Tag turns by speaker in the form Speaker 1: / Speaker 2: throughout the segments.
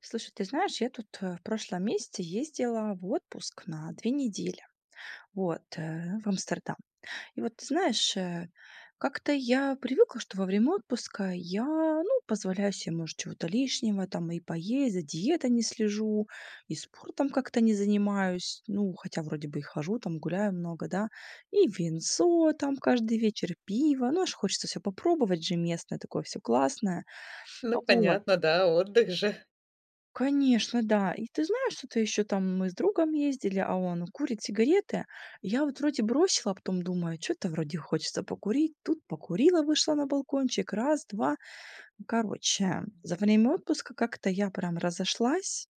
Speaker 1: Слушай, ты знаешь, я тут в прошлом месяце ездила в отпуск на 2 недели. Вот, в Амстердам. И вот, ты знаешь, как-то я привыкла, что во время отпуска я, ну, позволяю себе, может, чего-то лишнего, там, и поесть, за диетой не слежу, и спортом как-то не занимаюсь, ну, хотя вроде бы и хожу, там, гуляю много, да, и винцо, там, каждый вечер пиво, ну, аж хочется все попробовать же местное, такое все классное.
Speaker 2: Ну,
Speaker 1: Вот.
Speaker 2: понятно, да, отдых же.
Speaker 1: Конечно, да. И ты знаешь, что-то еще там мы с другом ездили, а он курит сигареты. Я вот вроде бросила, а потом думаю, что-то вроде хочется покурить. Тут покурила, вышла на балкончик. Раз, два. Короче, за время отпуска как-то я прям разошлась.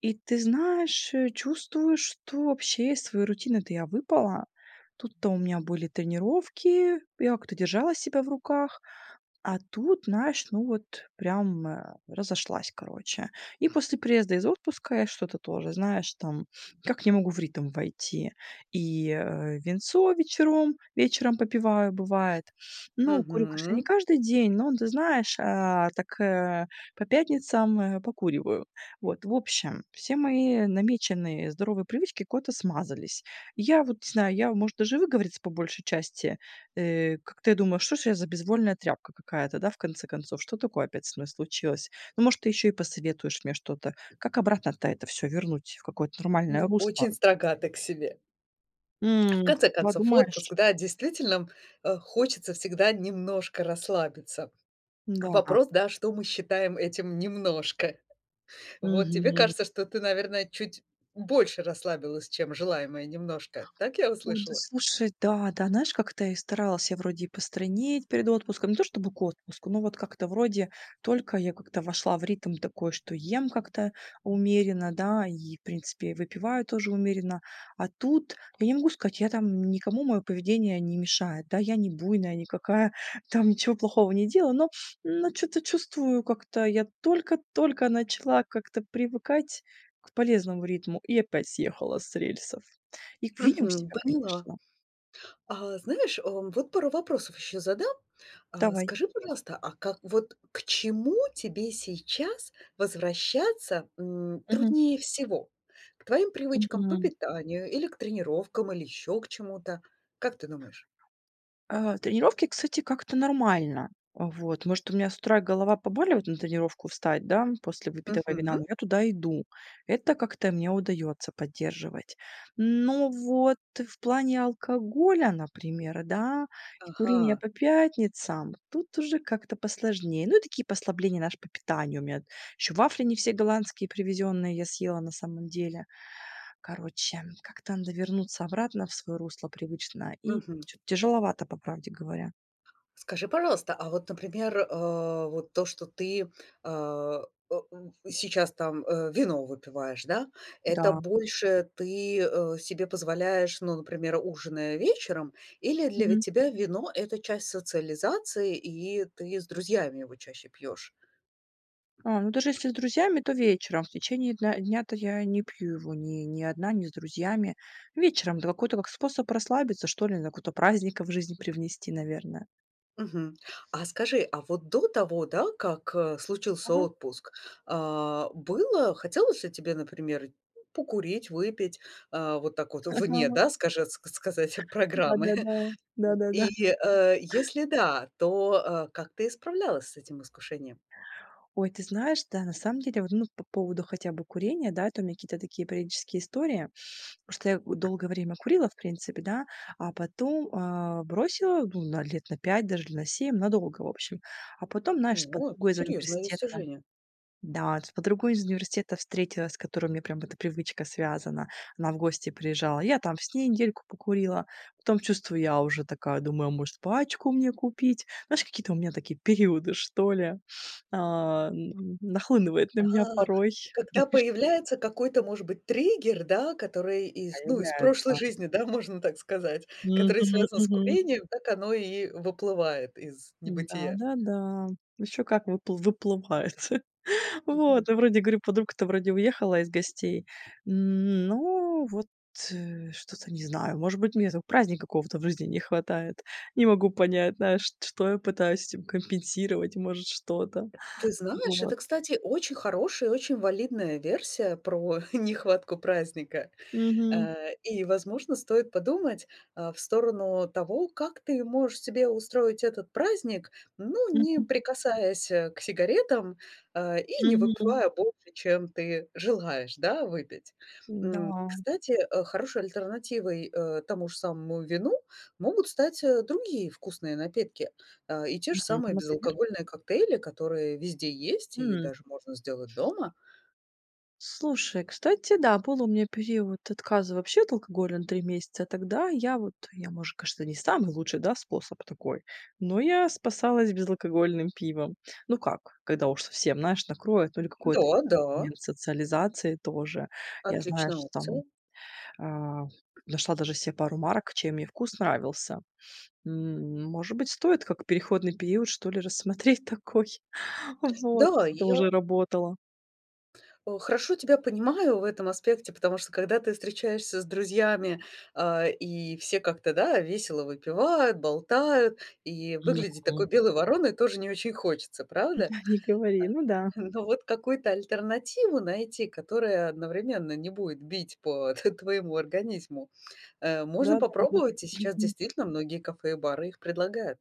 Speaker 1: И ты знаешь, чувствую, что вообще из своей рутины-то я выпала. Тут-то у меня были тренировки, я как-то держала себя в руках, а тут, знаешь, ну вот прям разошлась, короче. И после приезда из отпуска я что-то тоже, знаешь, там, как не могу в ритм войти. И винцо вечером попиваю, бывает. Ну, курю, конечно, не
Speaker 2: Мгм.
Speaker 1: каждый день, но, ты знаешь, так по пятницам покуриваю. Вот, в общем, все мои намеченные здоровые привычки куда-то смазались. Я вот, не знаю, я, может, даже выговориться по большей части. Как ты думаешь, что же я за безвольная тряпка какая-то, да, в конце концов? Что такое опять со мной случилось? Ну, может, ты еще и посоветуешь мне что-то? Как обратно-то это все вернуть в какое-то нормальное
Speaker 2: Ну,
Speaker 1: русло?
Speaker 2: очень строга ты к себе. В конце концов,
Speaker 1: Подумаешь?
Speaker 2: отпуск, да, действительно, хочется всегда немножко расслабиться.
Speaker 1: Да.
Speaker 2: Вопрос, да, что мы считаем этим немножко. Вот тебе
Speaker 1: Мгм.
Speaker 2: кажется, что ты, наверное, чуть больше расслабилась, чем желаемое немножко. Так я
Speaker 1: Ой, да
Speaker 2: услышала?
Speaker 1: слушай, да, да, знаешь, как-то и старалась я вроде и постранить перед отпуском. Не то чтобы к отпуску, но вот как-то вроде только я как-то вошла в ритм такой, что ем как-то умеренно, да, и, в принципе, выпиваю тоже умеренно. А тут я не могу сказать, я там никому мое поведение не мешает, да, я не буйная никакая, там ничего плохого не делаю, но что-то чувствую как-то, я только-только начала как-то привыкать к полезному ритму и опять съехала с рельсов. И видим
Speaker 2: Мгм,
Speaker 1: себя,
Speaker 2: поняла.
Speaker 1: конечно.
Speaker 2: Знаешь, вот пару вопросов еще задам.
Speaker 1: Давай.
Speaker 2: Скажи, пожалуйста, а как вот к чему тебе сейчас возвращаться,
Speaker 1: Мгм.
Speaker 2: труднее всего? К твоим привычкам по
Speaker 1: Мгм.
Speaker 2: питанию или к тренировкам, или еще к чему-то? Как ты думаешь?
Speaker 1: Тренировки, кстати, как-то нормально. Вот, может, у меня с утра голова побаливает на тренировку встать, да, после выпитого вина,
Speaker 2: Мгм.
Speaker 1: но я туда иду. Это как-то мне удается поддерживать. Но вот в плане алкоголя, например, да, и курения
Speaker 2: Ага.
Speaker 1: по пятницам, тут уже как-то посложнее. Ну, и такие послабления, наш по питанию. У меня еще вафли не все голландские привезенные я съела на самом деле. Короче, как-то надо вернуться обратно в свое русло привычное, и
Speaker 2: Мгм.
Speaker 1: чё-то тяжеловато, по правде говоря.
Speaker 2: Скажи, пожалуйста, а вот, например, вот то, что ты, а, сейчас там, вино выпиваешь, да, это
Speaker 1: Да.
Speaker 2: больше ты, себе позволяешь, ну, например, ужиная вечером, или для
Speaker 1: Мгм.
Speaker 2: тебя вино — это часть социализации, и ты с друзьями его чаще пьешь?
Speaker 1: Ну, даже если с друзьями, то вечером. В течение дна дня-то я не пью его ни одна, ни с друзьями. Вечером, да какой-то как способ расслабиться, что ли, на какой-то праздника в жизнь привнести, наверное.
Speaker 2: Мгм. А скажи, а вот до того, да, как, случился
Speaker 1: Ага,
Speaker 2: отпуск, было хотелось ли тебе, например, покурить, выпить, вот так вот вне,
Speaker 1: ага.
Speaker 2: да, скажет ск сказать, программы?
Speaker 1: Да-да-да. Да-да-да.
Speaker 2: И, если да, то, как ты справлялась с этим искушением?
Speaker 1: Ой, ты знаешь, да, на самом деле, вот, ну, по поводу хотя бы курения, да, это у меня какие-то такие периодические истории, потому что я долгое время курила, в принципе, да, а потом бросила, ну, на лет на 5, даже на 7, надолго, в общем. А потом, знаешь,
Speaker 2: Ну,
Speaker 1: с
Speaker 2: вот
Speaker 1: подругой из
Speaker 2: серьезное
Speaker 1: университета
Speaker 2: достижение.
Speaker 1: да, с подругой из университета встретилась, с которой мне прям эта привычка связана. Она в гости приезжала. Я там с ней недельку покурила. Потом, чувствую, я уже такая думаю, а может, пачку мне купить? Знаешь, какие-то у меня такие периоды, что ли, нахлынывает на меня
Speaker 2: А,
Speaker 1: порой.
Speaker 2: когда
Speaker 1: Грешно
Speaker 2: появляется какой-то, может быть, триггер, да, который из, ну, из прошлой
Speaker 1: появляется.
Speaker 2: жизни, да, можно так сказать,
Speaker 1: Мгм,
Speaker 2: который связан с
Speaker 1: мгм.
Speaker 2: курением, так оно и выплывает из небытия.
Speaker 1: Да-да-да. Еще как выплывает.
Speaker 2: Мгм.
Speaker 1: Вот, и вроде, говорю, подруга-то вроде уехала из гостей. Но вот, что-то не знаю, может быть, мне этого праздника какого-то в жизни не хватает. Не могу понять, знаешь, что я пытаюсь этим компенсировать, может, что-то.
Speaker 2: Ты знаешь,
Speaker 1: Вот.
Speaker 2: это, кстати, очень хорошая и очень валидная версия про нехватку праздника.
Speaker 1: Мгм.
Speaker 2: Возможно, стоит подумать, в сторону того, как ты можешь себе устроить этот праздник, ну, не
Speaker 1: Мгм.
Speaker 2: прикасаясь, к сигаретам, и не
Speaker 1: Мгм.
Speaker 2: выпивая больше, чем ты желаешь, да, выпить.
Speaker 1: Да.
Speaker 2: Кстати, хорошей альтернативой, тому же самому вину могут стать, другие вкусные напитки, и те же самые
Speaker 1: Например?
Speaker 2: безалкогольные коктейли, которые везде есть и даже можно сделать дома.
Speaker 1: Слушай, кстати, да, был у меня период отказа вообще от алкоголя на 3 месяца. Тогда я, может, конечно, не самый лучший, да, способ такой, но я спасалась безалкогольным пивом. Ну как, когда уж совсем, знаешь, накроет, ну или
Speaker 2: Да,
Speaker 1: какой-то
Speaker 2: да,
Speaker 1: элемент социализации тоже. Я,
Speaker 2: отличная
Speaker 1: знаешь, там
Speaker 2: опция.
Speaker 1: а, нашла даже себе пару марок, чем мне вкус нравился. Может быть, стоит как переходный период, что ли, рассмотреть такой. Вот,
Speaker 2: Да,
Speaker 1: если это
Speaker 2: я
Speaker 1: уже работало.
Speaker 2: О, хорошо тебя понимаю в этом аспекте, потому что когда ты встречаешься с друзьями, и все как-то, да, весело выпивают, болтают, и выглядеть
Speaker 1: Мгм.
Speaker 2: такой белой вороной тоже не очень хочется, правда?
Speaker 1: Да, не
Speaker 2: А,
Speaker 1: говори, ну да.
Speaker 2: но вот какую-то альтернативу найти, которая одновременно не будет бить по твоему организму, можно
Speaker 1: Да-да.
Speaker 2: попробовать, и сейчас
Speaker 1: Мгм.
Speaker 2: действительно многие кафе и бары их предлагают.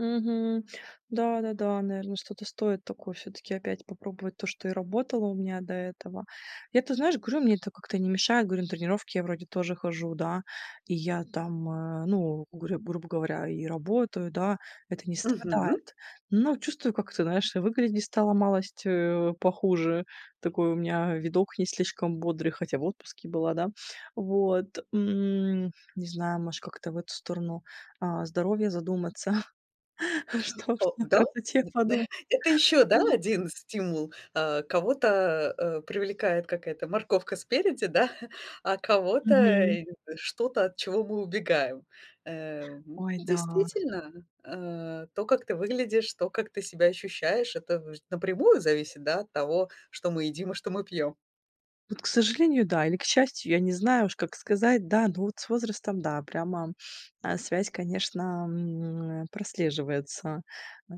Speaker 1: Мгм. Да-да-да, наверное, что-то стоит такое все таки опять попробовать то, что и работало у меня до этого. Я, ты знаешь, говорю, мне это как-то не мешает. Говорю, на тренировки я вроде тоже хожу, да, и я там, ну, грубо говоря, и работаю, да, это не
Speaker 2: Мгм.
Speaker 1: страдает. Но чувствую, как-то, знаешь, и выглядеть стало малость, похуже. Такой у меня видок не слишком бодрый, хотя в отпуске была, да. Вот, не знаю, может, как-то в эту сторону, здоровья задуматься. Что ж,
Speaker 2: О,
Speaker 1: на
Speaker 2: да?
Speaker 1: красоте подумала.
Speaker 2: Это еще, да, один стимул. А кого-то, привлекает какая-то морковка спереди, да, а кого-то,
Speaker 1: Мгм.
Speaker 2: что-то, от чего мы убегаем.
Speaker 1: Ой, да.
Speaker 2: Действительно, то, как ты выглядишь, то, как ты себя ощущаешь, это ж напрямую зависит, да, от того, что мы едим и что мы пьем.
Speaker 1: Вот, к сожалению, да, или к счастью, я не знаю уж, как сказать, да, но вот с возрастом, да, прямо, связь, конечно, прослеживается, э,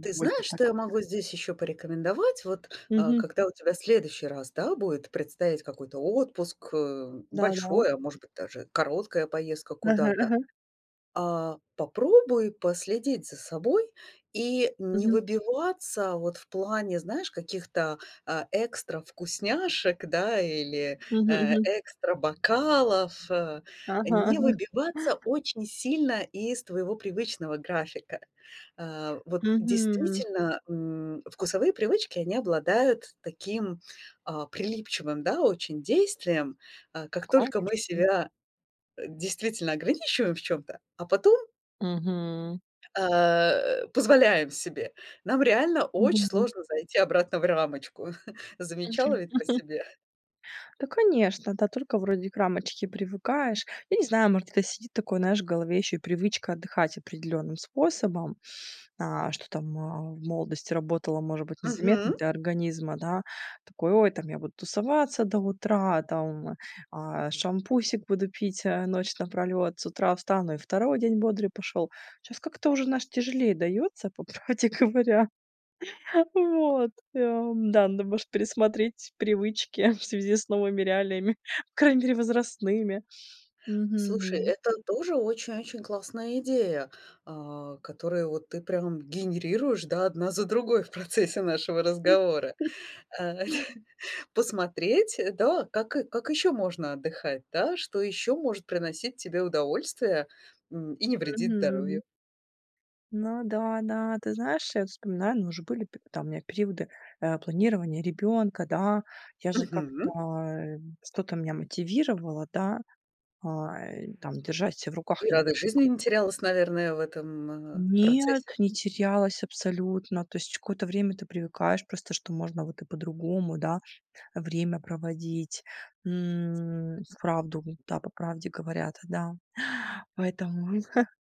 Speaker 2: Ты
Speaker 1: более
Speaker 2: знаешь,
Speaker 1: так.
Speaker 2: что я могу здесь еще порекомендовать? Вот,
Speaker 1: Мгм.
Speaker 2: когда у тебя следующий раз, да, будет предстоять какой-то отпуск,
Speaker 1: Да-да.
Speaker 2: большой, а может быть, даже короткая поездка
Speaker 1: Ага,
Speaker 2: куда-то,
Speaker 1: ага.
Speaker 2: попробуй последить за собой и не
Speaker 1: Мгм.
Speaker 2: выбиваться вот в плане, знаешь, каких-то, экстра вкусняшек, да, или,
Speaker 1: Мгм, мгм.
Speaker 2: экстра бокалов.
Speaker 1: Ага,
Speaker 2: Не
Speaker 1: ага.
Speaker 2: выбиваться очень сильно из твоего привычного графика. Вот
Speaker 1: Мгм.
Speaker 2: действительно, вкусовые привычки, они обладают таким, прилипчивым, да, очень действием. Как только мы
Speaker 1: Конечно.
Speaker 2: себя, действительно ограничиваем в чем то а потом
Speaker 1: Мгм.
Speaker 2: позволяем себе. Нам реально очень
Speaker 1: Мгм.
Speaker 2: сложно зайти обратно в рамочку. Замечала ведь по себе?
Speaker 1: Да, конечно, да, только вроде к рамочке привыкаешь. Я не знаю, может, это сидит такой, знаешь, в голове еще и привычка отдыхать определенным способом, что там в молодости работала, может быть, незаметно
Speaker 2: Мгм.
Speaker 1: для организма, да. Такой, ой, там я буду тусоваться до утра, там шампусик буду пить ночь напролет, с утра встану и второй день бодрый пошел. Сейчас как-то уже, наш тяжелее дается, по правде говоря. Вот, да, надо, может, пересмотреть привычки в связи с новыми реалиями, по крайней мере, возрастными.
Speaker 2: Слушай,
Speaker 1: Мгм.
Speaker 2: это тоже очень-очень классная идея, которую вот ты прям генерируешь, да, одна за другой в процессе нашего разговора. Э, посмотреть, да, как и как еще можно отдыхать, да, что еще может приносить тебе удовольствие, и не вредит
Speaker 1: Мгм.
Speaker 2: здоровью.
Speaker 1: Ну да, да, ты знаешь, я вот вспоминаю, ну, уже были п там у меня периоды, планирования ребенка, да. Я же как-то,
Speaker 2: Мгм.
Speaker 1: э, что-то меня мотивировало, да, и там держать себя в руках
Speaker 2: И
Speaker 1: и
Speaker 2: радость жизни не терялась, наверное, в этом,
Speaker 1: Нет,
Speaker 2: процессе.
Speaker 1: не терялась абсолютно. То есть какое-то время ты привыкаешь просто, что можно вот и по-другому, да. Время проводить. Вправду, да, по правде говорят, да. Поэтому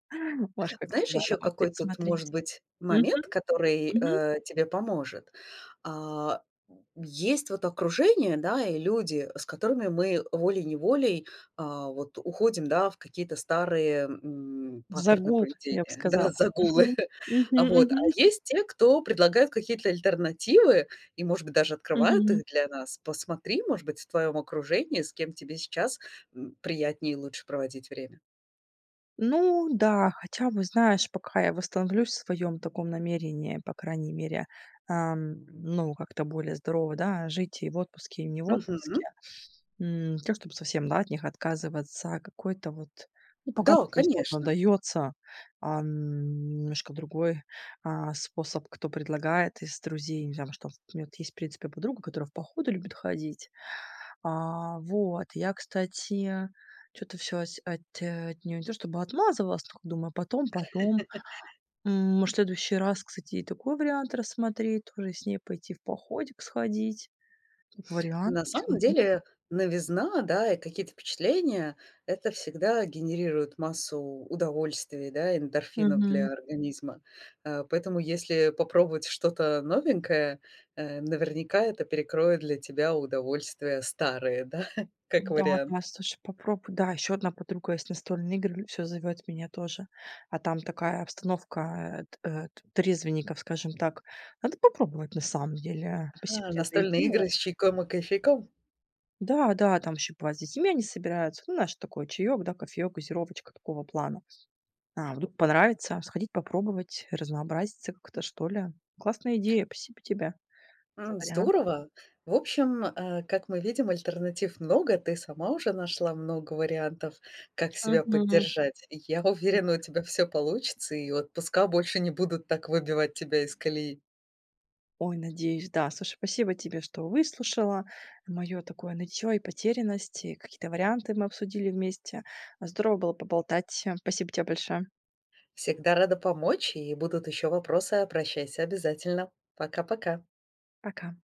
Speaker 1: можешь как-то
Speaker 2: Знаешь, еще
Speaker 1: заново
Speaker 2: какой тут может
Speaker 1: пересмотреть.
Speaker 2: быть
Speaker 1: Мгм,
Speaker 2: момент, который,
Speaker 1: мгм.
Speaker 2: тебе поможет? А, есть вот окружение, да, и люди, с которыми мы волей-неволей, вот уходим, да, в какие-то старые, паттерны
Speaker 1: Загул, я бы
Speaker 2: поведения,
Speaker 1: сказала.
Speaker 2: да, загулы.
Speaker 1: Мгм. Мгм,
Speaker 2: А вот, а
Speaker 1: мгм,
Speaker 2: есть те, кто предлагают какие-то альтернативы и, может быть, даже открывают
Speaker 1: мгм.
Speaker 2: их для нас. Посмотри, может быть, в твоем окружении, с кем тебе сейчас, приятнее и лучше проводить время.
Speaker 1: Ну да, хотя бы, знаешь, пока я восстановлюсь в своем таком намерении, по крайней мере, ну, как-то более здорово, да, жить и в отпуске, и не в отпуске.
Speaker 2: Мгм.
Speaker 1: Не то чтобы совсем, да, от них отказываться, а какой-то вот ну, пока
Speaker 2: Да,
Speaker 1: мне сложно
Speaker 2: конечно.
Speaker 1: дается немножко другой, способ, кто предлагает из друзей. Не знаю, что у меня вот есть, в принципе, подруга, которая в походу любит ходить. Вот, я, кстати, что то все от неё не то чтобы отмазывалась, но думаю, а потом, потом. М, Может, в следующий раз, кстати, и такой вариант рассмотреть, тоже с ней пойти в походик сходить. Как вариант,
Speaker 2: На
Speaker 1: почему
Speaker 2: самом
Speaker 1: нет?
Speaker 2: деле новизна, да, и какие-то впечатления — это всегда генерирует массу удовольствий, да, эндорфинов
Speaker 1: Мгм.
Speaker 2: для организма. Поэтому если попробовать что-то новенькое, наверняка это перекроет для тебя удовольствия старые, да, как
Speaker 1: Да,
Speaker 2: вариант.
Speaker 1: да, слушай, попробуй. Да, еще одна подруга есть настольные игры, все зовет меня тоже. А там такая обстановка трезвенников, скажем так. Надо попробовать на самом деле. Спасибо
Speaker 2: Ага,
Speaker 1: тебе за
Speaker 2: настольные
Speaker 1: идею.
Speaker 2: игры с чайком и кофейком?
Speaker 1: Да, да, там еще бывает с детьми они собираются. Ну, наш такой чаек, да, кофеек, газировочка такого плана. Вдруг понравится, сходить попробовать, разнообразиться как-то, что ли. Классная идея, спасибо тебе за
Speaker 2: М,
Speaker 1: вариант.
Speaker 2: здорово. В общем, как мы видим, альтернатив много. Ты сама уже нашла много вариантов, как себя
Speaker 1: Мгм.
Speaker 2: поддержать. И я уверена, у тебя все получится, и отпуска больше не будут так выбивать тебя из колеи.
Speaker 1: Ой, надеюсь, да. Слушай, спасибо тебе, что выслушала мое такое нытьё и потерянность, и какие-то варианты мы обсудили вместе. Здорово было поболтать. Спасибо тебе большое.
Speaker 2: Всегда рада помочь, и будут еще вопросы, обращайся обязательно. Пока-пока.
Speaker 1: Пока.